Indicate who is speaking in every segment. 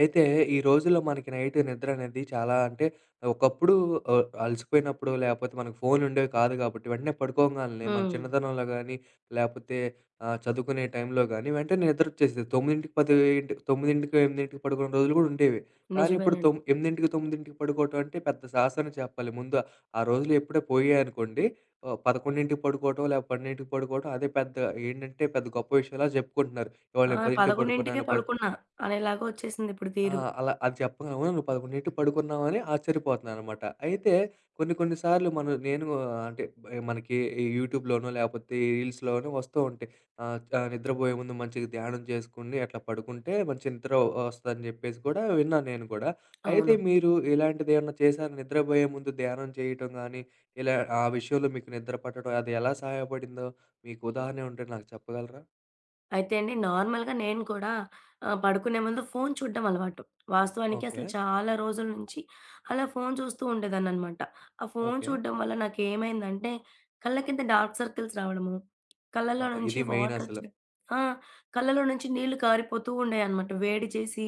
Speaker 1: అయితే ఈ రోజుల్లో మనకి నైట్ నిద్ర అనేది చాలా అంటే ఒకప్పుడు అలసిపోయినప్పుడు లేపోతే మనకు ఫోన్లు ఉండేవి కాదు కాబట్టి వెంటనే పడుకోంగాల్నే మన
Speaker 2: హ్మ్.
Speaker 1: చిన్నతనంలో గానీ, లేపోతే చదువుకునే టైంలో గానీ వెంటనే నిద్రొచ్చేసేది. 9:00, 10:00 9:00, 8:00 పడుకునే రోజులు గూడా ఉండేవి. కానీ ఇప్పుడు
Speaker 2: నిజమేనండి.
Speaker 1: 8:00, 9:00 పడుకోవటం అంటే పెద్ద సాహసమనే చెప్పాలి. ముందు ఆ రోజులు ఎప్పుడే పోయాయనుకోండి 11:00 పడుకోవటం లేక 12:00 పడుకోవటం అదే పెద్ద ఏంటంటే పెద్ద గొప్ప విషయంలా జెప్పుకుంటున్నారు. ఇవాళ
Speaker 2: ఆ!
Speaker 1: నేను 10:00
Speaker 2: 11కే
Speaker 1: పడుకున్నాను
Speaker 2: పడుకున్నా అనేలాగా వచ్చేసిందిప్పుడు
Speaker 1: ఆ!
Speaker 2: తీరు.
Speaker 1: అలా అది చెప్పంగానే అవునా నువ్వు 11:00కి పడుకున్నావని ఆశ్చర్యపోతున్నాననమాట. అయితే కొన్ని కొన్ని సార్లు మనం నేను అంటే మనకి ఈ యూట్యూబ్‌లోనో లేపోతే ఈ రీల్స్‌లోనో వస్తూ ఉంటాయి. ఆహ్, ఆహ్, నిద్రపోయే ముందు మంచిగా ధ్యానం చేసుకొని అట్లా పడుకుంటే మంచి నిద్ర వస్తదని జెప్పేసి కూడా విన్నాను నేను కూడా. అయితే
Speaker 2: అవును.
Speaker 1: మీరు ఇలాంటిదేమన్నా చేశారా? నిద్రపోయే ముందు ధ్యానం చేయటం గానీ, ఇలా ఆ విషయంలో మీకు నిద్ర పట్టడం అది ఎలా సహాయపడిందో మీకు ఉదాహరణ ఉంటే నాకు చెప్పగలరా?
Speaker 2: అయితే అండి, నార్మల్‌గా నేను కూడా పడుకునే ముందు ఫోను చూడడం అలవాటు. వాస్తవానికి
Speaker 1: ఓకే.
Speaker 2: అసలు చాలా రోజుల నుంచి అలా ఫోను చూస్తూ ఉండేదాన్ననమాట. ఆ ఫోను
Speaker 1: ఓకే.
Speaker 2: చూడడం వల్ల నాకేమైందంటే, కళ్ళ కింద డార్క్ సర్కిల్స్ రావడము, కళ్ళలో
Speaker 1: అబ్బా!
Speaker 2: నుంచి
Speaker 1: ఇది మెయిన్ అసలు.
Speaker 2: వాటరొచ్చడం. ఆ! కళ్ళలో నుంచి నీళ్లు కారిపోతూ ఉండేయన్నమాట. వేడి చేసి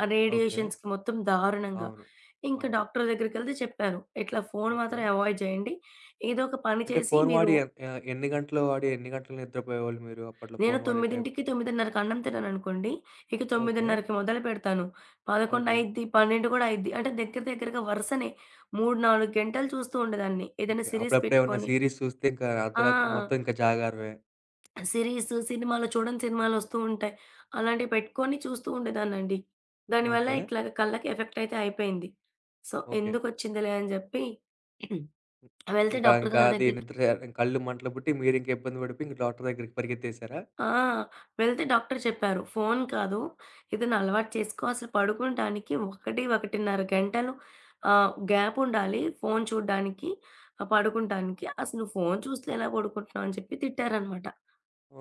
Speaker 2: ఆ
Speaker 1: ఓకే.
Speaker 2: రేడియేషన్స్‌కి మొత్తం దారుణంగా.
Speaker 1: అవును.
Speaker 2: ఇంకా
Speaker 1: అవును.
Speaker 2: డాక్టర్ దగ్గరికెళ్తే చెప్పారు, ఇట్లా ఫోను
Speaker 1: ఓకే.
Speaker 2: మాత్రం అవాయిడ్ చేయండి, ఏదో ఒక పని
Speaker 1: అంటే
Speaker 2: చేసి
Speaker 1: ఫోను
Speaker 2: మీరు.
Speaker 1: వాడి ఎన్ని గంటలు వాడి, ఎన్ని గంటలు నిద్రపోయేవాళ్ళు మీరు అప్పట్లో
Speaker 2: నేను
Speaker 1: ఫోను వాడే టైం?
Speaker 2: 9:00కి, 9:30కి అన్నం తిన్నాననుకోండి, ఇక
Speaker 1: ఓకే.
Speaker 2: 9:30కి మొదలుపెడతాను. 11
Speaker 1: ఓకే.
Speaker 2: అయిద్ది, 12 కూడా అయిద్ది. అంటే దగ్గర దగ్గరగా వరుసనే 3, 4 గంటలు చూస్తూ ఉండేదాన్ని, ఏదైనా
Speaker 1: ఓకే.
Speaker 2: సీరీస్
Speaker 1: అప్పుడప్పుడు ఏమన్నా
Speaker 2: పెట్టుకొని.
Speaker 1: సీరీస్ చూస్తే ఇంకా అర్ధరాత్రి
Speaker 2: ఆ!
Speaker 1: మొత్తం ఇంకా జాగారమే.
Speaker 2: సీరీస్, సినిమాలు, చూడని సినిమాలొస్తూ ఉంటాయి. అలాంటివి పెట్టుకొని చూస్తూ ఉండేదాన్నండి. దానివల్ల
Speaker 1: ఓకే.
Speaker 2: ఇట్లాగ కళ్ళకి ఎఫెక్ట్ అయితే అయిపోయింది. So,
Speaker 1: okay.
Speaker 2: ఎందుకొచ్చిందిలే అని జెప్పి
Speaker 1: హ్మ్.
Speaker 2: వెళ్తే
Speaker 1: ఇంకా
Speaker 2: డాక్టర్
Speaker 1: ఇంకా
Speaker 2: గారి
Speaker 1: అది
Speaker 2: దగ్గరికి.
Speaker 1: నిద్ర ఇంకా కళ్ళు మంటలు పుట్టి మీరింకా ఇబ్బంది పడిపోయి ఇంక డాక్టర్ దగ్గరికి పరిగెత్తేసారా?
Speaker 2: ఆ! వెళ్తే డాక్టర్ చెప్పారు, ఫోను కాదు, ఏదైనా అలవాటు చేసుకో. అసలు పడుకుంటానికి 1, 1:30 గంటలు గ్యాప్ ఉండాలి, ఫోను చూడ్డానికి, పడుకుంటానికి. అసలు నువ్వు ఫోను చూస్తూ ఎలా పడుకుంటున్నావు అని చెప్పి తిట్టారనమాట.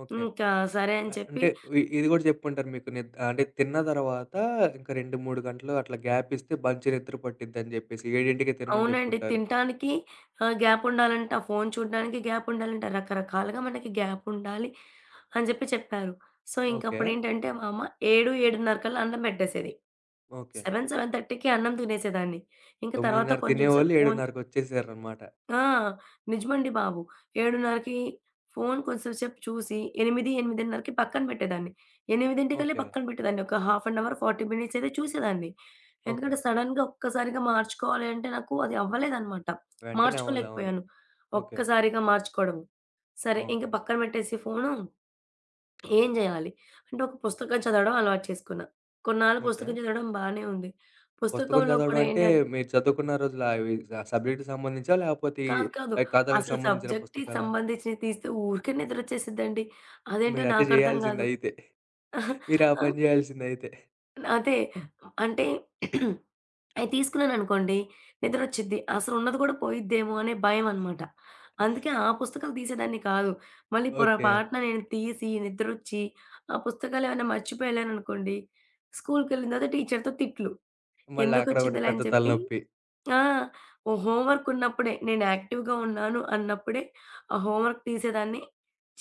Speaker 1: ఓకే.
Speaker 2: ఇంకా సరే అని చెప్పి,
Speaker 1: అంటే ఇది గూడా చెప్పుంటారు మీకు అంటే తిన్న తర్వాత ఇంకా 2, 3 గంటలు అట్లా గ్యాప్ ఇస్తే మంచి నిద్ర పట్టిద్దని జెప్పేసి 7కి తినమని
Speaker 2: అవునండి,
Speaker 1: జెప్పుంటారు.
Speaker 2: తినటానికి గ్యాపుండాలంట, ఫోను చూడడానికి గ్యాపుండాలంట, రకరకాలుగా మనకి గ్యాపుండాలి అని జెప్పి చెప్పారు. So,
Speaker 1: okay.
Speaker 2: ఇంకప్పుడేంటంటే మా అమ్మ 7, 7:30 కల్లా అన్నం బెట్టేసేది.
Speaker 1: ఓకే.
Speaker 2: 7, 7:30కి అన్నం తినేసేదాన్ని. ఇంక తర్వాత
Speaker 1: 9:30
Speaker 2: కొంచెం
Speaker 1: తినేవాళ్ళు
Speaker 2: సేపు ఫోను.
Speaker 1: 7:30కొచ్చేసారనమాట.
Speaker 2: ఆ! నిజమండి బాబు. 7:30కి ఫోను కొంచెంసేపు చూసి 8, 8:30కి పక్కన పెట్టేదాన్ని. 8కి
Speaker 1: ఓకే.
Speaker 2: పక్కన పెట్టేదాన్ని. ఒక హాఫ్ అన్ అవర్, 40 మినిట్స్ అయితే చూసేదాన్ని.
Speaker 1: ఓకే.
Speaker 2: ఎందుకంటే సడెన్‌గా ఒక్కసారిగా మార్చుకోవాలి అంటే నాకు అది అవ్వలేదనమాట.
Speaker 1: వెంటనే అవ్వదు. అవును.
Speaker 2: మార్చుకోలేకపోయాను,
Speaker 1: ఓకే.
Speaker 2: ఒక్కసారిగా మార్చుకోవడం.
Speaker 1: ఆ!
Speaker 2: సరే ఇంక
Speaker 1: ఓకే.
Speaker 2: పక్కన పెట్టేసి ఫోను, ఏం జేయాలి అంటే, ఒక పుస్తకం చదవడం అలవాటు చేసుకున్నా. కొన్నాళ్ళు
Speaker 1: ఓకే.
Speaker 2: పుస్తకం చదవడం బానే ఉంది.
Speaker 1: పుస్తకం
Speaker 2: పుస్తకంలో
Speaker 1: చదవడం
Speaker 2: కూడా
Speaker 1: అంటే మీరు చదువుకున్న రోజులు అవి సబ్జెక్ట్‌కి సంబంధించా? లేపోతే ఈ
Speaker 2: కాదు, కాదు.
Speaker 1: కథలకు
Speaker 2: అసలు
Speaker 1: సంబంధించిన
Speaker 2: సబ్జెక్ట్‌కి
Speaker 1: పుస్తకాలా?
Speaker 2: సంబంధించినయి తీస్తే ఊరికే నిద్రొచ్చేసిద్దండి. అదేంటో
Speaker 1: మీరైతే
Speaker 2: నాకర్థం గాదు.
Speaker 1: జేయాల్సిందయితే. మీరు ఆ
Speaker 2: ఆ!
Speaker 1: పని జేయాల్సిందయితే.
Speaker 2: అదే. అంటే అయి తీసుకున్నాననుకోండి నిద్రొచ్చిద్ది. అసలున్నది గూడా పోయిద్దేమో అనే భయమనమాట. అందుకే ఆ పుస్తకాలు తీసేదాన్ని కాదు. మళ్ళీ
Speaker 1: ఓకే.
Speaker 2: పొరపాటున నేను తీసి నిద్రొచ్చి ఆ పుస్తకాలేమన్నా మర్చిపోయి ఎళ్ళాననుకోండి, స్కూలుకెళ్ళిన తర్వాత టీచర్‌తో తిట్లు.
Speaker 1: మళ్ళీ అక్కడ ఒకటి
Speaker 2: ఎందుకొచ్చిందిలే
Speaker 1: పెద్ద
Speaker 2: అని చెప్పి.
Speaker 1: తలనొప్పి.
Speaker 2: ఆ! ఓ, హోంవర్క్ ఉన్నప్పుడే నేను యాక్టివ్‌గా ఉన్నాను అన్నప్పుడే ఆ హోంవర్క్ తీసేదాన్ని.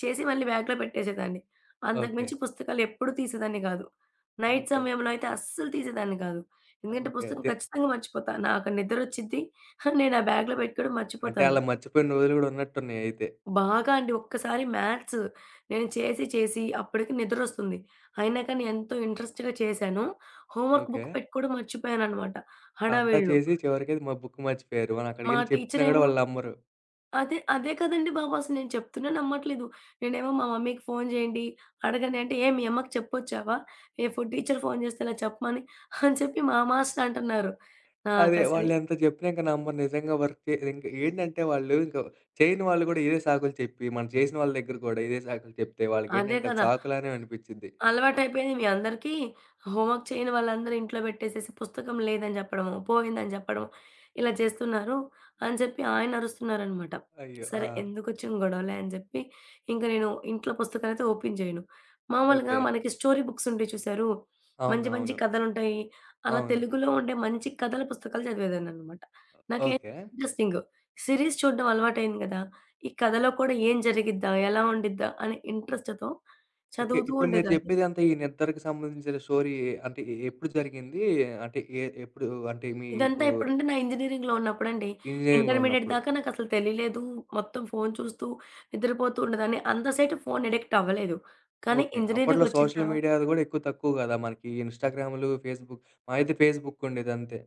Speaker 2: చేసి మళ్ళీ బ్యాగ్‌లో పెట్టేసేదాన్ని. అంతకు
Speaker 1: ఓకే.
Speaker 2: మించి పుస్తకాలు ఎప్పుడూ తీసేదాన్ని కాదు. Night
Speaker 1: okay.
Speaker 2: సమయంలో అయితే అస్సలు తీసేదాన్ని కాదు. ఎందుకంటే
Speaker 1: ఓకే.
Speaker 2: పుస్తకం ఖచ్చితంగా మర్చిపోతా, నాకు నిద్రొచ్చిద్ది. నేను ఆ బ్యాగ్‌లో పెట్టుకోవడం
Speaker 1: అంటే
Speaker 2: మర్చిపోతాను.
Speaker 1: అలా మర్చిపోయిన రోజులు గూడా ఉన్నట్టున్నాయి అయితే.
Speaker 2: బాగా అండి, ఒక్కసారి మ్యాథ్స్ నేను చేసి చేసి, అప్పటికి నిద్రొస్తుంది. అయినా కానీ ఎంతో ఇంట్రెస్ట్‌గా చేశాను. Homework
Speaker 1: okay.
Speaker 2: బుక్ పెట్టుకోవడం మర్చిపోయాననమాట
Speaker 1: అంతా
Speaker 2: హడావిడిలో.
Speaker 1: చేసి చివరికది మా బుక్ మర్చిపోయారు.
Speaker 2: మా
Speaker 1: మనక్కడికెళ్ళి చెప్పినా గూడా
Speaker 2: టీచరేమో,
Speaker 1: వాళ్ళనమ్మరు.
Speaker 2: అదే కదండీ బాబు! అసలు నేను చెప్తున్నా నమ్మట్లేదు. నేనేమో, "మా మమ్మీకి ఫోను చేయండి, అడగండి" అంటే, "ఏ మీ అమ్మకి చెప్పొచ్చావా, ఏ ఫుడ్ టీచర్ ఫోను చేస్తే ఇలా చెప్పమని" అని చెప్పి మా మాస్టర్ అంటున్నారు.
Speaker 1: అదే.
Speaker 2: నాకసలు,
Speaker 1: వాళ్ళెంత చెప్పినా ఇంక నమ్మరు. నిజంగా వర్క్ ఇంక ఏంటంటే వాళ్ళు ఇంక చేయని వాళ్ళు గూడా ఇదే సాకులు చెప్పి, మనం చేసిన వాళ్ళ దగ్గర కూడా ఇదే సాకులు చెప్తే
Speaker 2: అదే
Speaker 1: వాళ్ళకేంటంటే అది
Speaker 2: కదా!
Speaker 1: సాకులానే అనిపిచ్చిద్ది.
Speaker 2: అలవాటైపోయింది మీ అందరికీ. హోంవర్క్ చేయని వాళ్ళందరూ ఇంట్లో పెట్టేసేసి పుస్తకం లేదని జెప్పడము, పోయిందని జెప్పడము, ఇలా చేస్తున్నారు అని చెప్పి ఆయనరుస్తున్నారనమాట.
Speaker 1: అయ్యో! ఆ!
Speaker 2: సరే, ఎందుకొచ్చిన గొడవలే అని జెప్పి ఇంక నేను ఇంట్లో పుస్తకాలయితే ఓపెన్ చేయను. మామూలుగా
Speaker 1: ఓకే.
Speaker 2: మనకి స్టోరీ బుక్స్ ఉంటాయి చూశారు? మంచి
Speaker 1: అవునవును.
Speaker 2: మంచి
Speaker 1: అవును.
Speaker 2: కథలుంటాయి. అలా
Speaker 1: అవును.
Speaker 2: తెలుగులో ఉండే మంచి కథల పుస్తకాలు చదివేదాన్ననమాట. నాకే
Speaker 1: ఓకే.
Speaker 2: ఇంట్రెస్టింగ్. సీరీస్ చూడడం అలవాటయింది గదా! ఈ కథలో కూడా ఏం జరిగిద్దా, ఎలా ఉండిద్దా అనే ఇంట్రెస్ట్‌తో
Speaker 1: ఓకే.
Speaker 2: చదువుతూ
Speaker 1: ఇప్పుడు మీరు
Speaker 2: ఉండేదాన్ని.
Speaker 1: చెప్పేదంతా ఈ నిద్దరకు సంబంధించిన స్టోరీ అంటే ఎప్పుడు జరిగింది? అంటే ఎప్పుడు అంటే
Speaker 2: ఇదంతా
Speaker 1: మీకు
Speaker 2: ఎప్పుడంటే నా ఇంజినీరింగ్‌లో ఉన్నప్పుడండి.
Speaker 1: ఇంజినీరింగ్‌లో
Speaker 2: ఇంటర్మీడియేట్
Speaker 1: ఉన్నప్పుడు.
Speaker 2: దాకా నాకసలు తెలియలేదు. మొత్తం ఫోను చూస్తూ, నిద్రపోతూ ఉండేదాన్ని. అంత సేటు ఫోను ఎడిక్ట్ అవ్వలేదు. కానీ
Speaker 1: ఓకే. అప్పట్లో
Speaker 2: ఇంజినీరింగ్‌కొచ్చిన
Speaker 1: సోషల్
Speaker 2: తర్వాత.
Speaker 1: మీడియా అది గూడా ఎక్కువ తక్కువ గదా! మనకి ఇన్‌స్టాగ్రామ్‌లు, ఫేస్‌బుక్ మాదైతే ఫేస్‌బుక్ ఉండేది అంతే.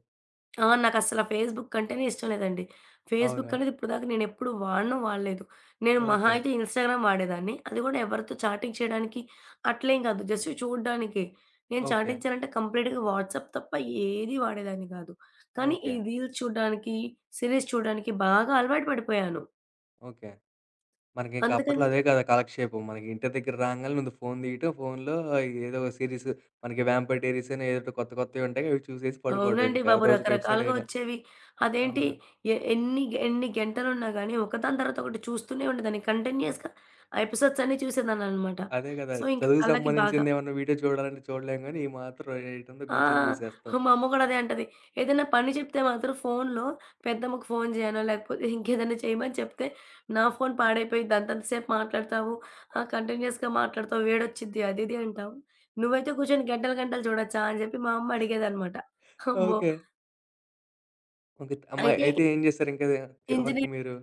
Speaker 2: ఆ! నాకసల ఫేస్‌బుక్ అంటేనే ఇష్టం లేదండి. ఫేస్‌బుక్
Speaker 1: అవునా?
Speaker 2: అనేది ఇప్పటిదాకా నేనెప్పుడు వాడను, వాడలేదు. నేను మహా
Speaker 1: ఓకే.
Speaker 2: అయితే ఇన్‌స్టాగ్రామ్ వాడేదాన్ని. అది కూడా ఎవరితో చాటింగ్ చేయడానికి అట్లేం కాదు, జస్ట్ చూడ్డానికే. నేను
Speaker 1: ఓకే.
Speaker 2: చాటింగ్ చేయాలంటే కంప్లీట్‌గా వాట్సాప్ తప్ప ఏది వాడేదాన్ని కాదు. కానీ ఈ
Speaker 1: ఓకే.
Speaker 2: రీల్స్ చూడ్డానికి, సీరీస్ చూడ్డానికి బాగా అలవాటు పడిపోయాను.
Speaker 1: ఓకే. మనకింక అప్పట్లో
Speaker 2: అందుకని.
Speaker 1: అదే కదా కాలక్షేపం. మనకి ఇంటి దగ్గర రాంగానే ముందు ఫోన్ తీయటం, ఫోన్‌లో ఏదో ఒక సీరీస్ మనకి 'వ్యాంపైర్ డైరీస్' అని ఏదోటి కొత్త కొత్తయుంటాయి. అవి చూసేసి పడుకోవడం
Speaker 2: అవునండి
Speaker 1: ఇంకా
Speaker 2: బాబు!
Speaker 1: రోజుకో ఎపిసోడ్
Speaker 2: రకరకాలుగా
Speaker 1: అయినా.
Speaker 2: వచ్చేవి. అదేంటి,
Speaker 1: అవును.
Speaker 2: ఎ ఎన్ని ఎన్ని గంటలున్నా గానీ, ఒకదాని తర్వాత ఒకటి చూస్తూనే ఉండేదాన్ని, కంటిన్యూయస్‌గా ఆ ఎపిసోడ్స్ అన్నీ చూసేదాన్ననమాట.
Speaker 1: అదే కదా!
Speaker 2: సో, ఇంక
Speaker 1: చదువుకు
Speaker 2: కళ్ళకి బాగా.
Speaker 1: సంబంధించింది ఏమన్నా వీడియో చూడాలంటే చూడలేం గానీ, ఈ మాత్రం ఏటందుకు
Speaker 2: ఆ!
Speaker 1: కూర్చొని చూసేస్తాం.
Speaker 2: మా అమ్మ గూడా అదే అంటది. ఏదైనా పని చెప్తే మాత్రం ఫోనులో పెద్దమ్మకు ఫోను జేయనో, లేకపోతే ఇంకేదైనా చేయమని చెప్తే, "నా ఫోను పాడైపోయిద్ది, అంతంత సేపు మాట్లాడతావు, కంటిన్యూయస్‌గా మాట్లాడతావు, వేడొచ్చిద్ది, అది ఇది అంటావు, నువ్వైతే కూర్చొని గంటలు గంటలు చూడొచ్చా" అని జెప్పి మా అమ్మ అడిగేదనమాట. అమ్మో!
Speaker 1: ఓకే. ఓకే. అమ్మ
Speaker 2: అయితే
Speaker 1: అయితే ఏం చేశారు ఇంకా చివరికి
Speaker 2: ఇంజినీరింగని,
Speaker 1: మీరు?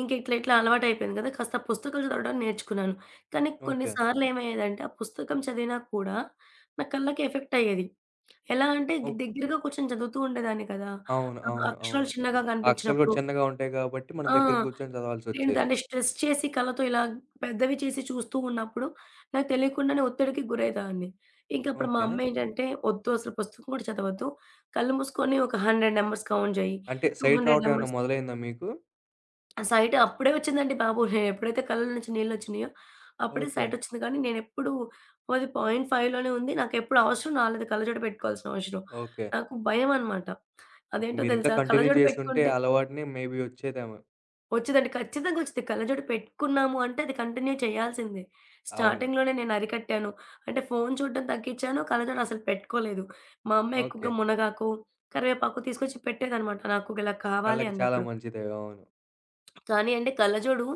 Speaker 2: ఇంక ఇట్లా ఇట్లా అలవాటయిపోయింది కదా! కాస్త పుస్తకాలు చదవడం నేర్చుకున్నాను. కానీ కొన్ని
Speaker 1: ఓకే.
Speaker 2: సార్లేమయ్యేదంటే, ఆ పుస్తకం చదివినా కూడా నా కళ్ళకి ఎఫెక్ట్ అయ్యేది. ఎలా అంటే
Speaker 1: ఓహ్!
Speaker 2: దగ్గరగా కూర్చొని చదువుతూ ఉండేదాన్ని కదా!
Speaker 1: అవును.
Speaker 2: ఆ
Speaker 1: అవును. అవును.
Speaker 2: అక్షరాలు చిన్నగా
Speaker 1: ఆ అక్షరాలు కూడా
Speaker 2: కనిపించినప్పుడు,
Speaker 1: చిన్నగా ఉంటాయి కాబట్టి, మనం
Speaker 2: ఆ!
Speaker 1: దగ్గర కూర్చొని
Speaker 2: నేను
Speaker 1: చదవాల్సొచ్చేది.
Speaker 2: దాన్ని స్ట్రెస్ చేసి కళ్ళతో ఇలా పెద్దవి చేసి చూస్తూ ఉన్నప్పుడు నాకు తెలియకుండానే ఒత్తిడికి గురయ్యేదాన్ని. ఇంకప్పుడు మా
Speaker 1: ఓకే.
Speaker 2: అమ్మ ఏంటంటే, "ఒద్దు, అసలు పుస్తకం కూడా చదవద్దు. కళ్ళు మూసుకొని ఒక 100 నంబర్స్ కౌంట్ చేయి,
Speaker 1: అంటే సైట్
Speaker 2: 200
Speaker 1: రావటం ఏమన్నా
Speaker 2: నంబర్స్".
Speaker 1: మొదలైందా మీకు?
Speaker 2: ఆ సైట్ అప్పుడే వచ్చిందండి బాబు. నేను ఎప్పుడైతే కళ్ళలో నుంచి నీళ్లొచ్చినాయో, అప్పుడే
Speaker 1: ఓకే.
Speaker 2: సైట్ వచ్చింది. కానీ నేనెప్పుడు, అది 0.5 లోనే ఉంది. నాకెప్పుడు అవసరం రాలేదు, కళ్ళజోడు పెట్టుకోవాల్సిన అవసరం.
Speaker 1: ఓకే.
Speaker 2: నాకు భయమనమాట.
Speaker 1: ఓకే.
Speaker 2: అదేంటో
Speaker 1: మీరింకా
Speaker 2: తెలుసా?
Speaker 1: కంటిన్యూ
Speaker 2: కళ్ళజోడు
Speaker 1: చేసుంటే
Speaker 2: పెట్టుకుంటే
Speaker 1: అలవాటుని మేబీ వచ్చేదేమో.
Speaker 2: వచ్చేదండి, ఖచ్చితంగా వచ్చింది. కళ్ళజోడు పెట్టుకున్నాము అంటే అది కంటిన్యూ చేయాల్సిందే.
Speaker 1: అవును.
Speaker 2: స్టార్టింగ్‌లోనే నేను అరికట్టాను. అంటే ఫోను చూడడం తగ్గించాను, కళ్ళజోడు అసలు పెట్టుకోలేదు. మా అమ్మ
Speaker 1: ఓకే.
Speaker 2: ఎక్కువగా మునగాకు, కరివేపాకు తీసుకొచ్చి పెట్టేదనమాట నాకు ఇలా కావాలి
Speaker 1: కళ్ళకి చాలా
Speaker 2: అన్నప్పుడు.
Speaker 1: మంచిదే. అవును.
Speaker 2: కానీ అంటే కళ్ళజోడు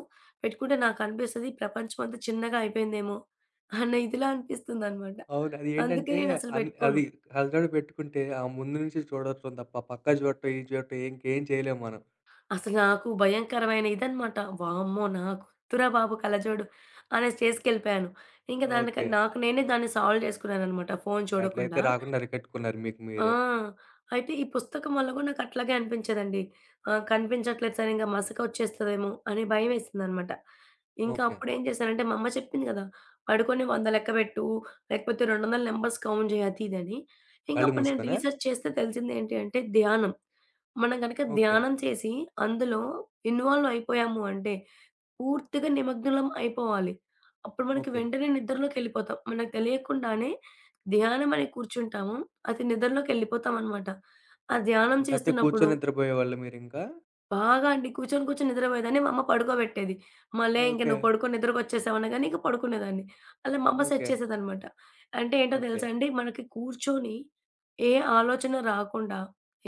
Speaker 2: పెట్టుకుంటే నాకనిపిస్తది ప్రపంచం అంతా చిన్నగా అయిపోయిందేమో అన్న ఇదిలా అనిపిస్తుందనమాట.
Speaker 1: అవును. అది
Speaker 2: అందుకే
Speaker 1: ఏంటంటే
Speaker 2: నేనసలు పెట్టుకోను.
Speaker 1: అది కళ్ళజోడు పెట్టుకుంటే ఆ ముందు నుంచి చూడటం తప్ప పక్క చూడటం, ఇది చూడటం ఇంకేం చేయలేం మనం.
Speaker 2: అసలు నాకు భయంకరమైన ఇదనమాట. వామ్మో! నాకొద్దురా బాబు కళ్ళజోడు అనే స్టేజ్‌కెళ్ళిపోయాను. ఇంక దానికి
Speaker 1: ఓకే.
Speaker 2: నాకు నేనే దాన్ని సాల్వ్ చేసుకున్నాననమాట ఫోను
Speaker 1: ఎట్లయితే
Speaker 2: చూడకుండా.
Speaker 1: రాకుండా అరికట్టుకున్నారు మీకు
Speaker 2: ఆ!
Speaker 1: మీరే.
Speaker 2: అయితే ఈ పుస్తకం వల్ల గూడా నాకట్లాగే అనిపించేదండి. కనిపించట్లేదు సార్, ఇంక మసకొచ్చేస్తదేమో అని భయమేసిందనమాట. ఇంకా
Speaker 1: ఓకే.
Speaker 2: అప్పుడేం చేశానంటే, మా అమ్మ చెప్పింది గదా, పడుకొని 100 లెక్క బెట్టు, లేకపోతే 200 నంబర్స్ కౌంట్ జేయి అది ఇదని.
Speaker 1: కళ్ళు
Speaker 2: ఇంకప్పుడు నేను
Speaker 1: మూసుకొనా?
Speaker 2: రీసెర్చ్ చేస్తే తెలిసిందేంటి అంటే ధ్యానం. మనం గనక
Speaker 1: ఓకే.
Speaker 2: ధ్యానం చేసి అందులో ఇన్వాల్వ్ అయిపోయాము అంటే పూర్తిగా నిమగ్నలం అయిపోవాలి. అప్పుడు మనకి
Speaker 1: ఓకే.
Speaker 2: వెంటనే నిద్రలోకెళ్ళిపోతాం. మనకు తెలియకుండానే ధ్యానం అని కూర్చుంటాము, అది నిద్రలోకెళ్ళిపోతామనమాట. ఆ ధ్యానం
Speaker 1: ఇంకంతే కూర్చొని
Speaker 2: చేస్తున్నప్పుడు
Speaker 1: నిద్రపోయేవాళ్ళా మీరింకా?
Speaker 2: బాగా అండి, కూర్చొని నిద్రపోయేదాన్ని. మా అమ్మ పడుకోబెట్టేది. "అమ్మ లే, ఇంక
Speaker 1: ఓకే.
Speaker 2: నువ్వు పడుకో, నిద్రకొచ్చేసావు" అనగానే ఇంక పడుకునేదాన్ని. అలా మా అమ్మ సెట్
Speaker 1: ఓకే.
Speaker 2: చేసేదనమాట. అంటే ఏంటో
Speaker 1: ఓకే.
Speaker 2: తెలుసా అండి? మనకి కూర్చొని ఏ ఆలోచన రాకుండా,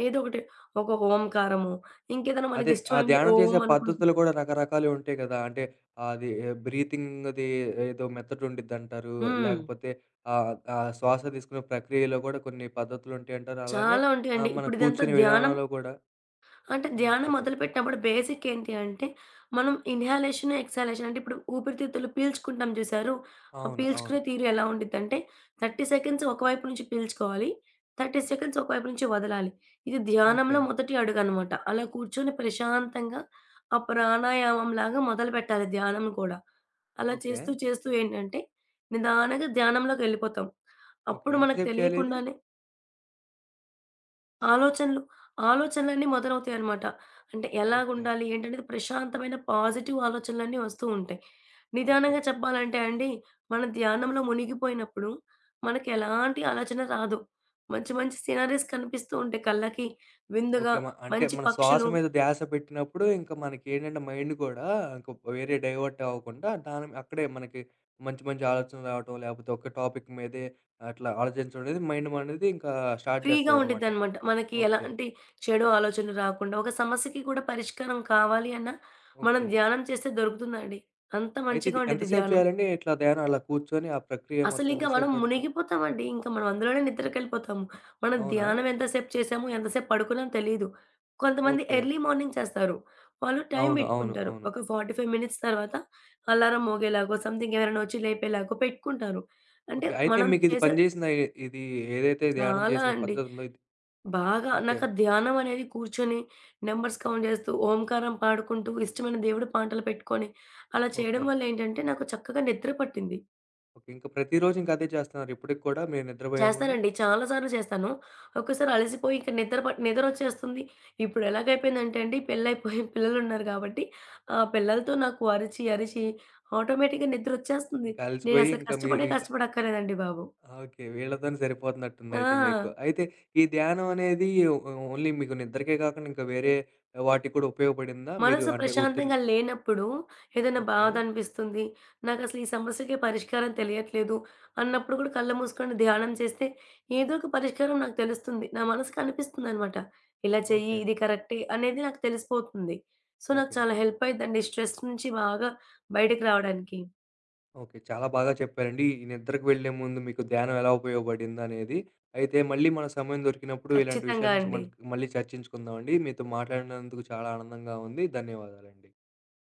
Speaker 2: ఏదో ఒకటి, ఒక ఓంకారము, ఇంకేదైనా
Speaker 1: అదే. ఆ
Speaker 2: మనకిష్టమైంది
Speaker 1: ధ్యానం చేసే
Speaker 2: ఓం అనుకుంటూ.
Speaker 1: పద్ధతులు గూడా రకరకాలువి ఉంటాయి గదా! అంటే అది బ్రీతింగ్‌ది ఏదో మెథడ్ ఉండిద్దంటారు.
Speaker 2: హ్మ్.
Speaker 1: లేకపోతే ఆహ్, ఆహ్, శ్వాస తీసుకునే ప్రక్రియలో గూడా కొన్ని పద్ధతులుంటాయంటారు. అలానే
Speaker 2: చాలా ఉంటాయండి.
Speaker 1: మన
Speaker 2: ఇప్పుడు ఇదంతా
Speaker 1: కూర్చునే
Speaker 2: ధ్యానం.
Speaker 1: విధానంలో గూడా
Speaker 2: అంటే
Speaker 1: హ్మ్.
Speaker 2: ధ్యానం
Speaker 1: చెప్పండి.
Speaker 2: మొదలుపెట్టినప్పుడు బేసిక్ ఏంటి అంటే, మనం ఇన్‌హలేషన్, ఎక్స్‌హలేషన్, అంటే ఇప్పుడు ఊపిరితిత్తులు పీల్చుకుంటాం చూసారు? ఆ
Speaker 1: అవును. అవును.
Speaker 2: పీల్చుకునే తీరు ఎలా ఉండిద్దంటే, 30 సెకండ్స్ ఒకవైపు నుంచి పీల్చుకోవాలి, 30 సెకండ్స్ ఒకవైపు నుంచి వదలాలి. ఇది
Speaker 1: ఓకే.
Speaker 2: ధ్యానంలో మొదటి అడుగనమాట. అలా కూర్చొని ప్రశాంతంగా ఆ ప్రాణాయామంలాగా మొదలుపెట్టాలి ధ్యానం కూడా. అలా
Speaker 1: ఓకే.
Speaker 2: చేస్తూ చేస్తూ ఏంటంటే, నిదానంగా ధ్యానంలోకెళ్ళిపోతాం.
Speaker 1: ఓకే.
Speaker 2: అప్పుడు
Speaker 1: ఎంత
Speaker 2: మనకు
Speaker 1: సేపు చేయాలిది?
Speaker 2: తెలియకుండానే ఆలోచనలు, ఆలోచనలన్నీ మొదలవుతాయనమాట. అంటే
Speaker 1: ఓకే.
Speaker 2: ఎలాగుండాలి, ఏంటనేది, ప్రశాంతమైన పాజిటివ్ ఆలోచనలన్నీ వస్తూ ఉంటాయి.
Speaker 1: ఓకే.
Speaker 2: నిదానంగా చెప్పాలంటే అండి, మన ధ్యానంలో మునిగిపోయినప్పుడు మనకెలాంటి ఆలోచన రాదు. మంచి మంచి సినరీస్ కనిపిస్తూ ఉంటాయి కళ్ళకి. విందుగా
Speaker 1: ఓకే. అంటే
Speaker 2: మంచి
Speaker 1: మన శ్వాస
Speaker 2: పక్షులు
Speaker 1: మీద ధ్యాస పెట్టినప్పుడు ఇంక మనకేంటంటే మైండ్ కూడా ఇంక వేరే డైవర్ట్ అవ్వకుండా దాని అక్కడే మనకి మంచి మంచి ఆలోచనలు రావటం, లేపోతే ఒక టాపిక్ మీదే అట్లా ఆలోచించడం అనేది మైండ్ అనేది ఇంకా స్టార్ట్
Speaker 2: ఫ్రీగా
Speaker 1: చేస్తదనమాట.
Speaker 2: ఉండిద్దనమాట. మనకి
Speaker 1: ఓకే.
Speaker 2: ఎలాంటి చెడు ఆలోచనలు రాకుండా, ఒక సమస్యకి కూడా పరిష్కారం కావాలి అన్నా, మనం
Speaker 1: ఓకే.
Speaker 2: ధ్యానం చేస్తే దొరుకుతుందండి. అంత
Speaker 1: అయితే
Speaker 2: మంచిగా
Speaker 1: ఇది
Speaker 2: ఉండిద్ది
Speaker 1: ఎంతసేపు
Speaker 2: ధ్యానం.
Speaker 1: చేయాలండి? ఇట్లా ధ్యానం అలా కూర్చొని ఆ ప్రక్రియ మొత్తం
Speaker 2: అసలింక
Speaker 1: ఎంతసేపు
Speaker 2: మనం
Speaker 1: పడుతది?
Speaker 2: మునిగిపోతామండి, ఇంక మనం అందులోనే నిద్రకెళ్ళిపోతాము. మనం
Speaker 1: అవునా?
Speaker 2: ధ్యానం ఎంతసేపు చేసాము, ఎంతసేపు పడుకున్నాం తెలీదు. కొంతమంది
Speaker 1: ఓకే.
Speaker 2: ఎర్లీ మార్నింగ్ చేస్తారు. వాళ్ళు టైం
Speaker 1: అవును. అవును.
Speaker 2: బెట్టుకుంటారు,
Speaker 1: అవును.
Speaker 2: ఒక 45 మినిట్స్ తర్వాత అలారం మోగేలాగో, సంథింగ్ ఎవరైనా ఒచ్చి లేపేలాగో పెట్టుకుంటారు. అంటే
Speaker 1: ఓకే. అయితే
Speaker 2: మనం
Speaker 1: మీకిది
Speaker 2: చేసే,
Speaker 1: పని చేసిందా? ఇది ఏదైతే ధ్యానం
Speaker 2: చాలా
Speaker 1: చేసే
Speaker 2: అండి.
Speaker 1: పద్ధతుందో ఇది?
Speaker 2: బాగా
Speaker 1: ఓకే.
Speaker 2: నాకు ఆ ధ్యానం అనేది, కూర్చొని నంబర్స్ కౌంట్ జేస్తూ, ఓంకారం పాడుకుంటూ, ఇష్టమైన దేవుడి పాటలు పెట్టుకొని అలా
Speaker 1: ఓకే.
Speaker 2: చేయడం వల్ల ఏంటంటే, నాకు చక్కగా నిద్ర పట్టింది.
Speaker 1: ఓకే. ఇంక ప్రతిరోజు ఇంక అదే చేస్తున్నారు ఇప్పటికి కూడా మీరు నిద్రపోయే ముందు?
Speaker 2: చేస్తానండి. చాలా సార్లు చేస్తాను. ఒక్కోసారి అలసిపోయి ఇంక నిద్రొచ్చేస్తుంది. ఇప్పుడు ఎలాగైపోయిందంటే అండి, పెళ్లయిపోయి పిల్లలున్నారు కాబట్టి, పిల్లలతో నాకు అరిచి, అరిచి ఆటోమేటిక్‌గా నిద్రొచ్చేస్తుంది.
Speaker 1: ఇంకా అలసిపోయి
Speaker 2: నేనసలు
Speaker 1: ఇంకా మీరు ఇక
Speaker 2: కష్టపడక్కర్లేదండి బాబు.
Speaker 1: ఓకే. వీళ్ళతోనే సరిపోతున్నట్టుందయితే మీకు.
Speaker 2: ఆ!
Speaker 1: అయితే ఈ ధ్యానం అనేది ఓ ఓన్లీ మీకు నిద్రకే కాకుండా ఇంకా వేరే వాటికి కూడా ఉపయోగపడిందా? మీరు
Speaker 2: మనసు
Speaker 1: అంటే ఒత్తిడిలు
Speaker 2: ప్రశాంతంగా లేనప్పుడు ఏదైనా
Speaker 1: ఓకే.
Speaker 2: బాధ అనిపిస్తుంది. నాకసలు ఈ సమస్యకే పరిష్కారం తెలియట్లేదు అన్నప్పుడు కూడా కళ్ళు మూసుకొని ధ్యానం చేస్తే ఏదో ఒక పరిష్కారం నాకు తెలుస్తుంది, నా మనసుకు అనిపిస్తుందనమాట. ఇలా చెయ్యి,
Speaker 1: ఓకే.
Speaker 2: ఇది కరెక్టే అనేది నాకు తెలిసిపోతుంది. సో, నాకు
Speaker 1: ఓకే.
Speaker 2: చాలా హెల్ప్ అయిద్దండి, స్ట్రెస్ నుంచి బాగా బయటకి రావడానికి.
Speaker 1: ఓకే. చాలా బాగా చెప్పారండి. ఈ నిద్రకు వెళ్ళే ముందు మీకు ధ్యానం ఎలా ఉపయోగపడిందనేది. అయితే మళ్ళీ మన సమయం దొరికినప్పుడు ఇలాంటి విషయాల
Speaker 2: ఖచ్చితంగా
Speaker 1: గురించి
Speaker 2: అండి.
Speaker 1: మనం మళ్ళీ చర్చించుకుందామండి. మీతో మాట్లాడినందుకు చాలా ఆనందంగా ఉంది. ధన్యవాదాలండి.